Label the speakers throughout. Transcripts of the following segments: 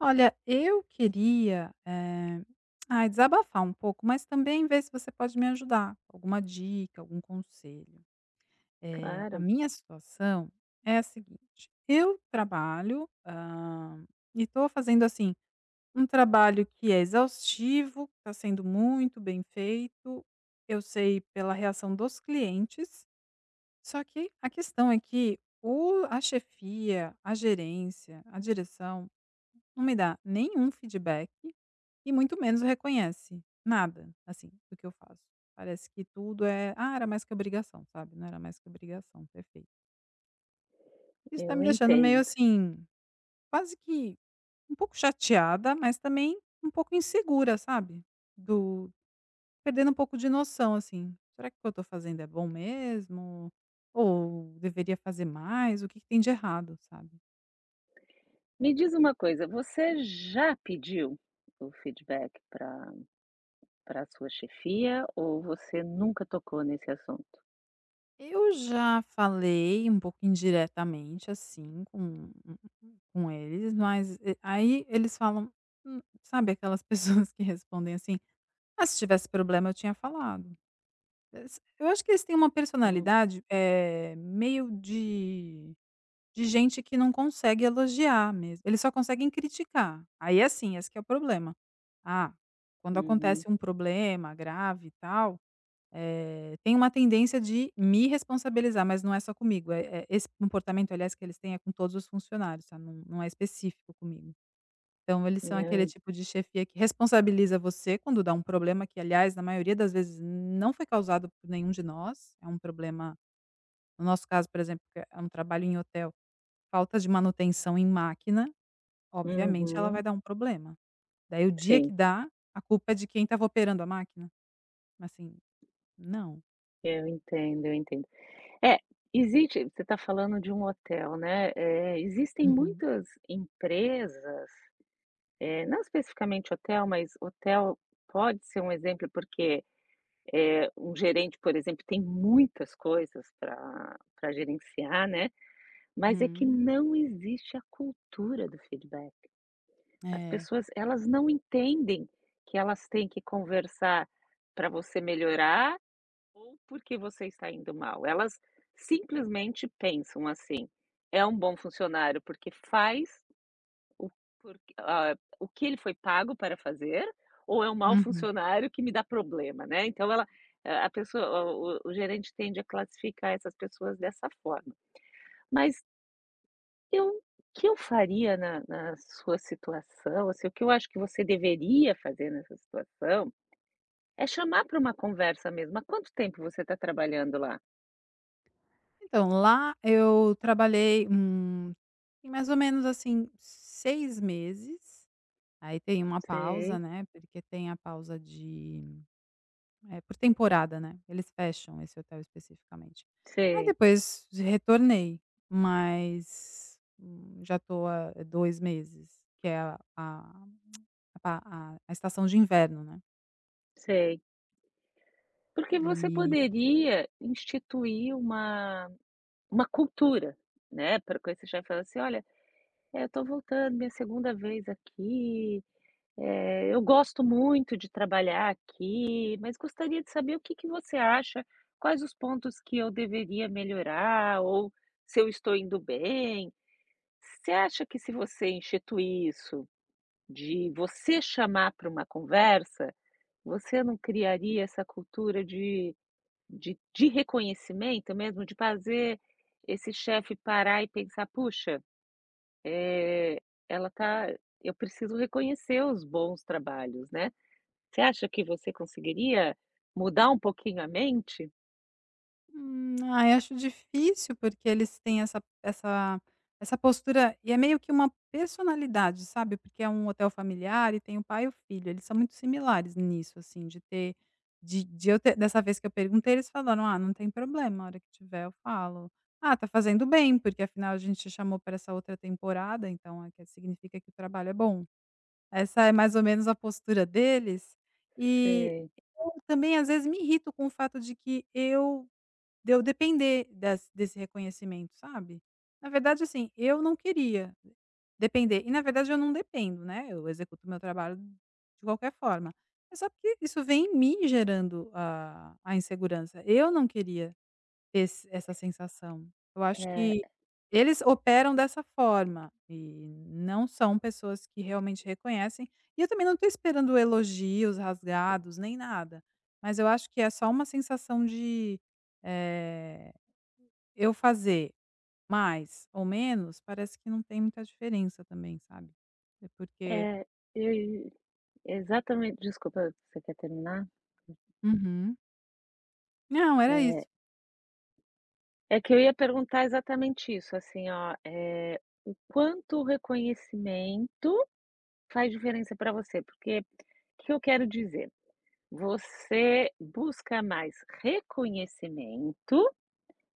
Speaker 1: Olha, eu queria, desabafar um pouco, mas também ver se você pode me ajudar com alguma dica, algum conselho. A
Speaker 2: Claro,
Speaker 1: minha situação é a seguinte: eu trabalho, e estou fazendo, assim, um trabalho que é exaustivo, está sendo muito bem feito, eu sei pela reação dos clientes, só que a questão é que o a chefia, a gerência, a direção não me dá nenhum feedback e muito menos reconhece nada, assim, do que eu faço. Parece que tudo é: "Ah, era mais que obrigação", sabe, "Não era mais que obrigação", ter feito. Isso tá
Speaker 2: eu
Speaker 1: me deixando meio,
Speaker 2: entendo.
Speaker 1: assim, quase que um pouco chateada, mas também um pouco insegura, sabe, do perdendo um pouco de noção, assim, "Será que o que eu tô fazendo é bom mesmo? Ou deveria fazer mais? O que que tem de errado?", sabe.
Speaker 2: Me diz uma coisa, você já pediu o feedback para para sua chefia ou você nunca tocou nesse assunto?
Speaker 1: Eu já falei um pouco indiretamente, assim, com com eles, mas e aí eles falam sabe aquelas pessoas que respondem assim: "Ah, se tivesse problema eu tinha falado". Es Eu acho que eles têm uma
Speaker 2: Hum,
Speaker 1: personalidade, meio de gente que não consegue elogiar mesmo, eles só conseguem criticar. Aí, é assim, esse que é o problema. Ah, quando
Speaker 2: uhum,
Speaker 1: acontece um problema grave e tal, tem uma tendência de me responsabilizar, mas não é só comigo, é esse comportamento, aliás, que eles têm é com todos os funcionários, tá, não é específico comigo. Então eles são aquele
Speaker 2: eu
Speaker 1: tipo de chefia que responsabiliza você quando dá um problema que, aliás, na maioria das vezes não foi causado por nenhum de nós, é um problema no nosso caso, por exemplo, que é um trabalho em hotel, falta de manutenção em máquina, obviamente ela
Speaker 2: uhum,
Speaker 1: vai dar um problema. Daí o dia
Speaker 2: sim,
Speaker 1: que dá, a culpa é de quem estava operando a máquina. Assim, não.
Speaker 2: eu entendo. É, existe você está falando de um hotel, né, existem
Speaker 1: Uhum.
Speaker 2: muitas empresas, não especificamente hotel, mas hotel pode ser um exemplo, porque um gerente, por exemplo, tem muitas coisas para gerenciar, né, mas é que
Speaker 1: Hum,
Speaker 2: não existe a cultura do feedback. As
Speaker 1: é.
Speaker 2: pessoas, elas não entendem que elas têm que conversar para você melhorar ou porque você está indo mal. Elas simplesmente pensam assim: "É um bom funcionário porque faz o porque o que ele foi pago para fazer, ou é um mau
Speaker 1: Uhum.
Speaker 2: funcionário que me dá problema, né". Então ela a pessoa o gerente tende a classificar essas pessoas dessa forma. Mas eu o que eu faria na sua situação, assim, o que eu acho que você deveria fazer nessa situação, é chamar para uma conversa mesmo. Há quanto tempo você está trabalhando lá?
Speaker 1: Então, lá eu trabalhei, em mais ou menos assim 6 meses. Aí tem uma pausa,
Speaker 2: Sei,
Speaker 1: né, porque tem a pausa de por temporada, né, eles fecham esse hotel especificamente. Aí
Speaker 2: sei,
Speaker 1: depois retornei, mas, já tô há 2 meses, que é a pa a estação de inverno, né,
Speaker 2: sei. Porque você
Speaker 1: e.
Speaker 2: poderia instituir uma uma cultura, né, para quando você já e fala assim: "Olha, eu estou voltando, minha segunda vez aqui, eu gosto muito de trabalhar aqui, mas gostaria de saber o que que você acha, quais os pontos que eu deveria melhorar ou se eu estou indo bem". Você acha que se você instituir isso, de você chamar para uma conversa, você não criaria essa cultura de reconhecimento mesmo, de fazer esse chefe parar e pensar: "Puxa, é ela tá eu preciso reconhecer os bons trabalhos", né. Você acha que você conseguiria mudar um pouquinho a mente?
Speaker 1: Acho difícil, porque eles têm essa postura e é meio que uma personalidade, sabe, porque é um hotel familiar e tem o pai e o filho, eles são muito similares nisso, assim, de ter de eu ter dessa vez que eu perguntei, eles falaram: "Ah, não tem problema, a hora que tiver eu falo". "Ah, tá fazendo bem, porque afinal a gente te chamou para essa outra temporada, então é que significa que o trabalho é bom". Essa é mais ou menos a postura deles, e
Speaker 2: Sei.
Speaker 1: eu também às vezes me irrito com o fato de que eu depender desse reconhecimento, sabe. Na verdade, assim, eu não queria depender e na verdade eu não dependo, né, eu executo meu trabalho de qualquer forma. É só porque isso vem em mim gerando a insegurança, eu não queria esse essa sensação. Eu acho
Speaker 2: É,
Speaker 1: que eles operam dessa forma e não são pessoas que realmente reconhecem, e eu também não estou esperando elogios rasgados nem nada, mas eu acho que é só uma sensação de, eh, eu fazer mais ou menos parece que não tem muita diferença também, sabe. É porque.
Speaker 2: é, e exatamente, desculpa, você quer terminar?
Speaker 1: Uhum. Não, era
Speaker 2: É,
Speaker 1: isso.
Speaker 2: é que eu ia perguntar exatamente isso, assim, ó, é o quanto o reconhecimento faz diferença para você, porque o que eu quero dizer? Você busca mais reconhecimento,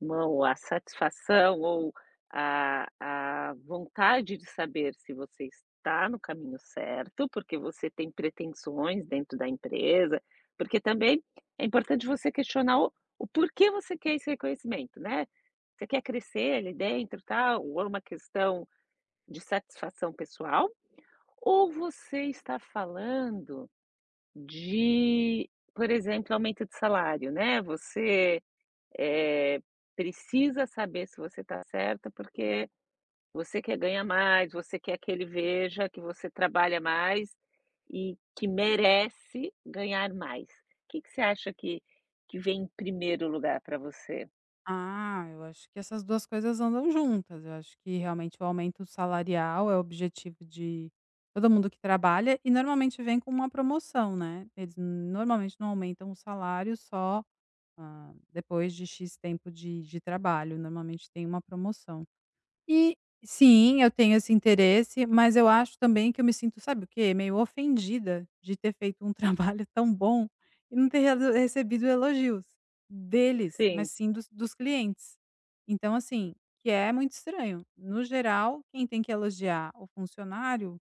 Speaker 2: ou a satisfação ou a vontade de saber se você está no caminho certo, porque você tem pretensões dentro da empresa, porque também é importante você questionar o porquê você quer esse reconhecimento, né. Você quer crescer ali dentro, tal, ou é uma questão de satisfação pessoal, ou você está falando de, por exemplo, aumento de salário, né, você, eh, precisa saber se você está certa, porque você quer ganhar mais, você quer que ele veja que você trabalha mais e que merece ganhar mais. O que que você acha que vem em primeiro lugar para você?
Speaker 1: Ah, eu acho que essas 2 coisas andam juntas. Eu acho que realmente o aumento salarial é o objetivo de todo mundo que trabalha e normalmente vem com uma promoção, né. Eles normalmente não aumentam o salário só, depois de "x" tempo de trabalho, normalmente tem uma promoção. E sim, eu tenho esse interesse, mas eu acho também que eu me sinto, sabe o quê? Meio ofendida de ter feito um trabalho tão bom e não ter reali recebido elogios deles, mas
Speaker 2: Sim,
Speaker 1: sim dos clientes. Então, assim, que é muito estranho. No geral, quem tem que elogiar o funcionário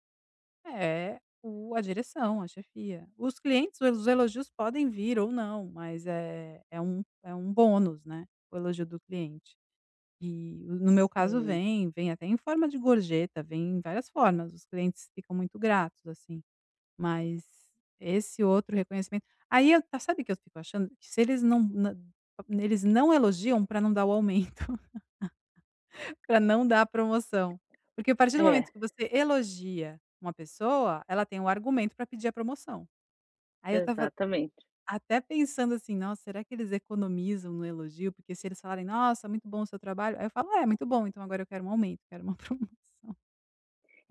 Speaker 1: é o a direção, a chefia. Os clientes, os elogios podem vir ou não, mas é um bônus, né, o elogio do cliente. E no meu caso
Speaker 2: sim.
Speaker 1: vem, vem até em forma de gorjeta, vem em várias formas, os clientes ficam muito gratos, assim. Mas esse outro reconhecimento aí eu sabe o que eu fico achando? Que se eles não na eles não elogiam para não dar o aumento, para não dar a promoção. Porque a partir do
Speaker 2: É,
Speaker 1: momento que você elogia uma pessoa, ela tem um argumento para pedir a promoção. Aí eu tava
Speaker 2: exatamente.
Speaker 1: até pensando assim: "Nossa, será que eles economizam no elogio?" Porque se eles falarem: "Nossa, muito bom o seu trabalho", aí eu falo: "Ah, "É, muito bom, então agora eu quero um aumento, quero uma promoção".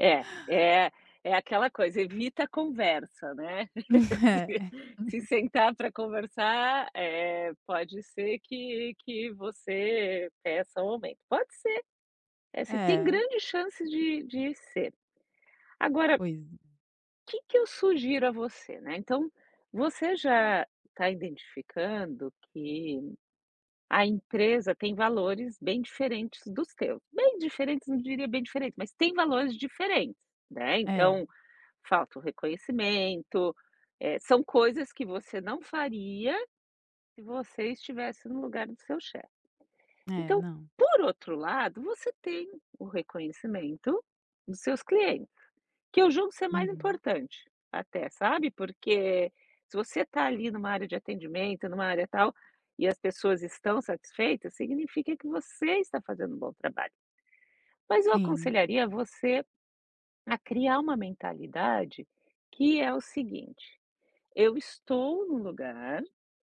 Speaker 2: É, é é aquela coisa, evita a conversa, né. Se
Speaker 1: É,
Speaker 2: sentar para conversar, pode ser que você peça o aumento. Pode ser, é, assim, tem
Speaker 1: é,
Speaker 2: grandes chances de ser. Agora, o
Speaker 1: pois
Speaker 2: que que eu sugiro a você, né, então, você já está identificando que a empresa tem valores bem diferentes dos teus. Bem diferentes, não diria bem diferentes, mas tem valores diferentes, né,
Speaker 1: é,
Speaker 2: então falta o reconhecimento, são coisas que você não faria se você estivesse no lugar do seu chefe. Então,
Speaker 1: não.
Speaker 2: por outro lado, você tem o reconhecimento dos seus clientes, que eu julgo ser mais
Speaker 1: Uhum.
Speaker 2: importante até, sabe, porque se você está ali numa área de atendimento, numa área tal, e as pessoas estão satisfeitas, significa que você está fazendo um bom trabalho. Mas eu
Speaker 1: Sim.
Speaker 2: aconselharia você a criar uma mentalidade que é o seguinte: eu estou num lugar,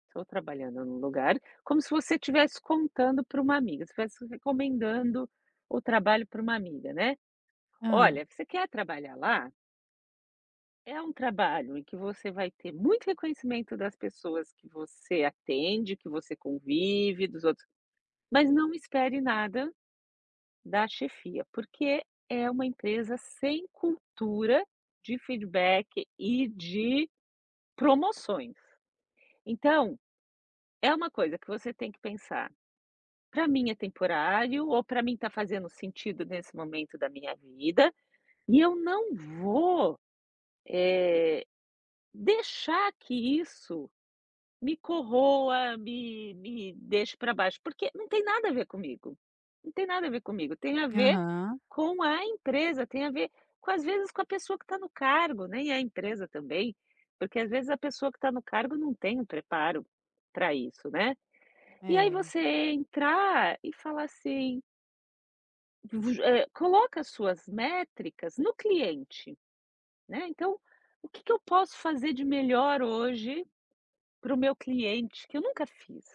Speaker 2: estou trabalhando num lugar, como se você estivesse contando para uma amiga, você estivesse recomendando o trabalho para uma amiga, né.
Speaker 1: Ah,
Speaker 2: "Olha, você quer trabalhar lá? É um trabalho em que você vai ter muito reconhecimento das pessoas que você atende, que você convive, dos outros, mas não espere nada da chefia, porque é uma empresa sem cultura de feedback e de promoções". Então, é uma coisa que você tem que pensar: para mim é temporário ou para mim está fazendo sentido nesse momento da minha vida, e eu não vou deixar que isso me corroa, me deixe para baixo, porque não tem nada a ver comigo, não tem nada a ver comigo, tem a ver
Speaker 1: Aham.
Speaker 2: com a empresa, tem a ver com às vezes com a pessoa que está no cargo, nem é a empresa também, porque às vezes a pessoa que está no cargo não tem o preparo para isso, né. E aí
Speaker 1: É.
Speaker 2: você entrar e falar assim, vu coloca as suas métricas no cliente, né, então, o que que eu posso fazer de melhor hoje para o meu cliente que eu nunca fiz?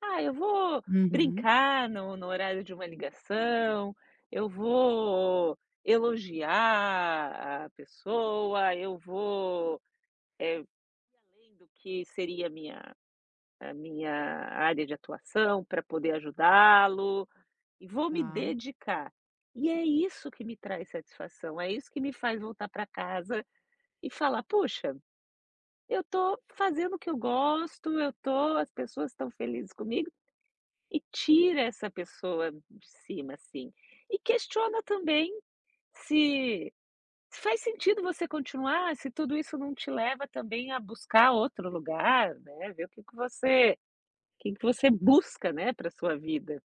Speaker 2: Ah, eu vou
Speaker 1: Uhum.
Speaker 2: brincar no horário de uma ligação, eu vou elogiar a pessoa, eu vou, eh, além do que seria a minha área de atuação para poder ajudá-lo. E vou me
Speaker 1: Tá.
Speaker 2: dedicar. E é isso que me traz satisfação, é isso que me faz voltar para casa e falar: "Puxa, eu estou fazendo o que eu gosto, eu tô as pessoas estão felizes comigo", e tira essa pessoa de cima, assim. E questiona também se se faz sentido você continuar, se tudo isso não te leva também a buscar outro lugar, né, ver o que que você busca, né, para sua vida.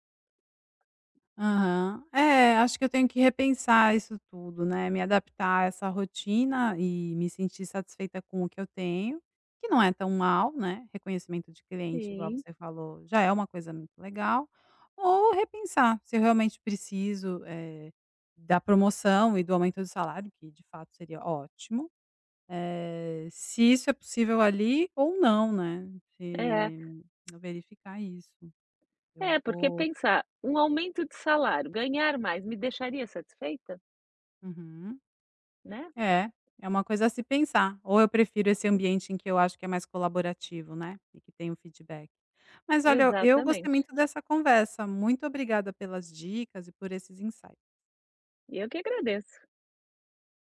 Speaker 1: Aham. É, acho que eu tenho que repensar isso tudo, né, me adaptar a essa rotina e me sentir satisfeita com o que eu tenho, que não é tão mal, né, reconhecimento de cliente, igual
Speaker 2: Sim,
Speaker 1: você falou, já é uma coisa muito legal, ou repensar se eu realmente preciso, da promoção e do aumento do salário, que de fato seria ótimo, se isso é possível ali ou não, né,
Speaker 2: é.
Speaker 1: se verificar isso. Eu
Speaker 2: É, porque
Speaker 1: vou
Speaker 2: pensar, um aumento de salário, ganhar mais, me deixaria satisfeita?
Speaker 1: uhum.
Speaker 2: Né?
Speaker 1: É, é uma coisa a se pensar. Ou eu prefiro esse ambiente em que eu acho que é mais colaborativo, né, e que tem o feedback. Mas olha, eu gostei
Speaker 2: Exatamente.
Speaker 1: muito dessa conversa. Muito obrigada pelas dicas e por esses insights.
Speaker 2: E eu que agradeço.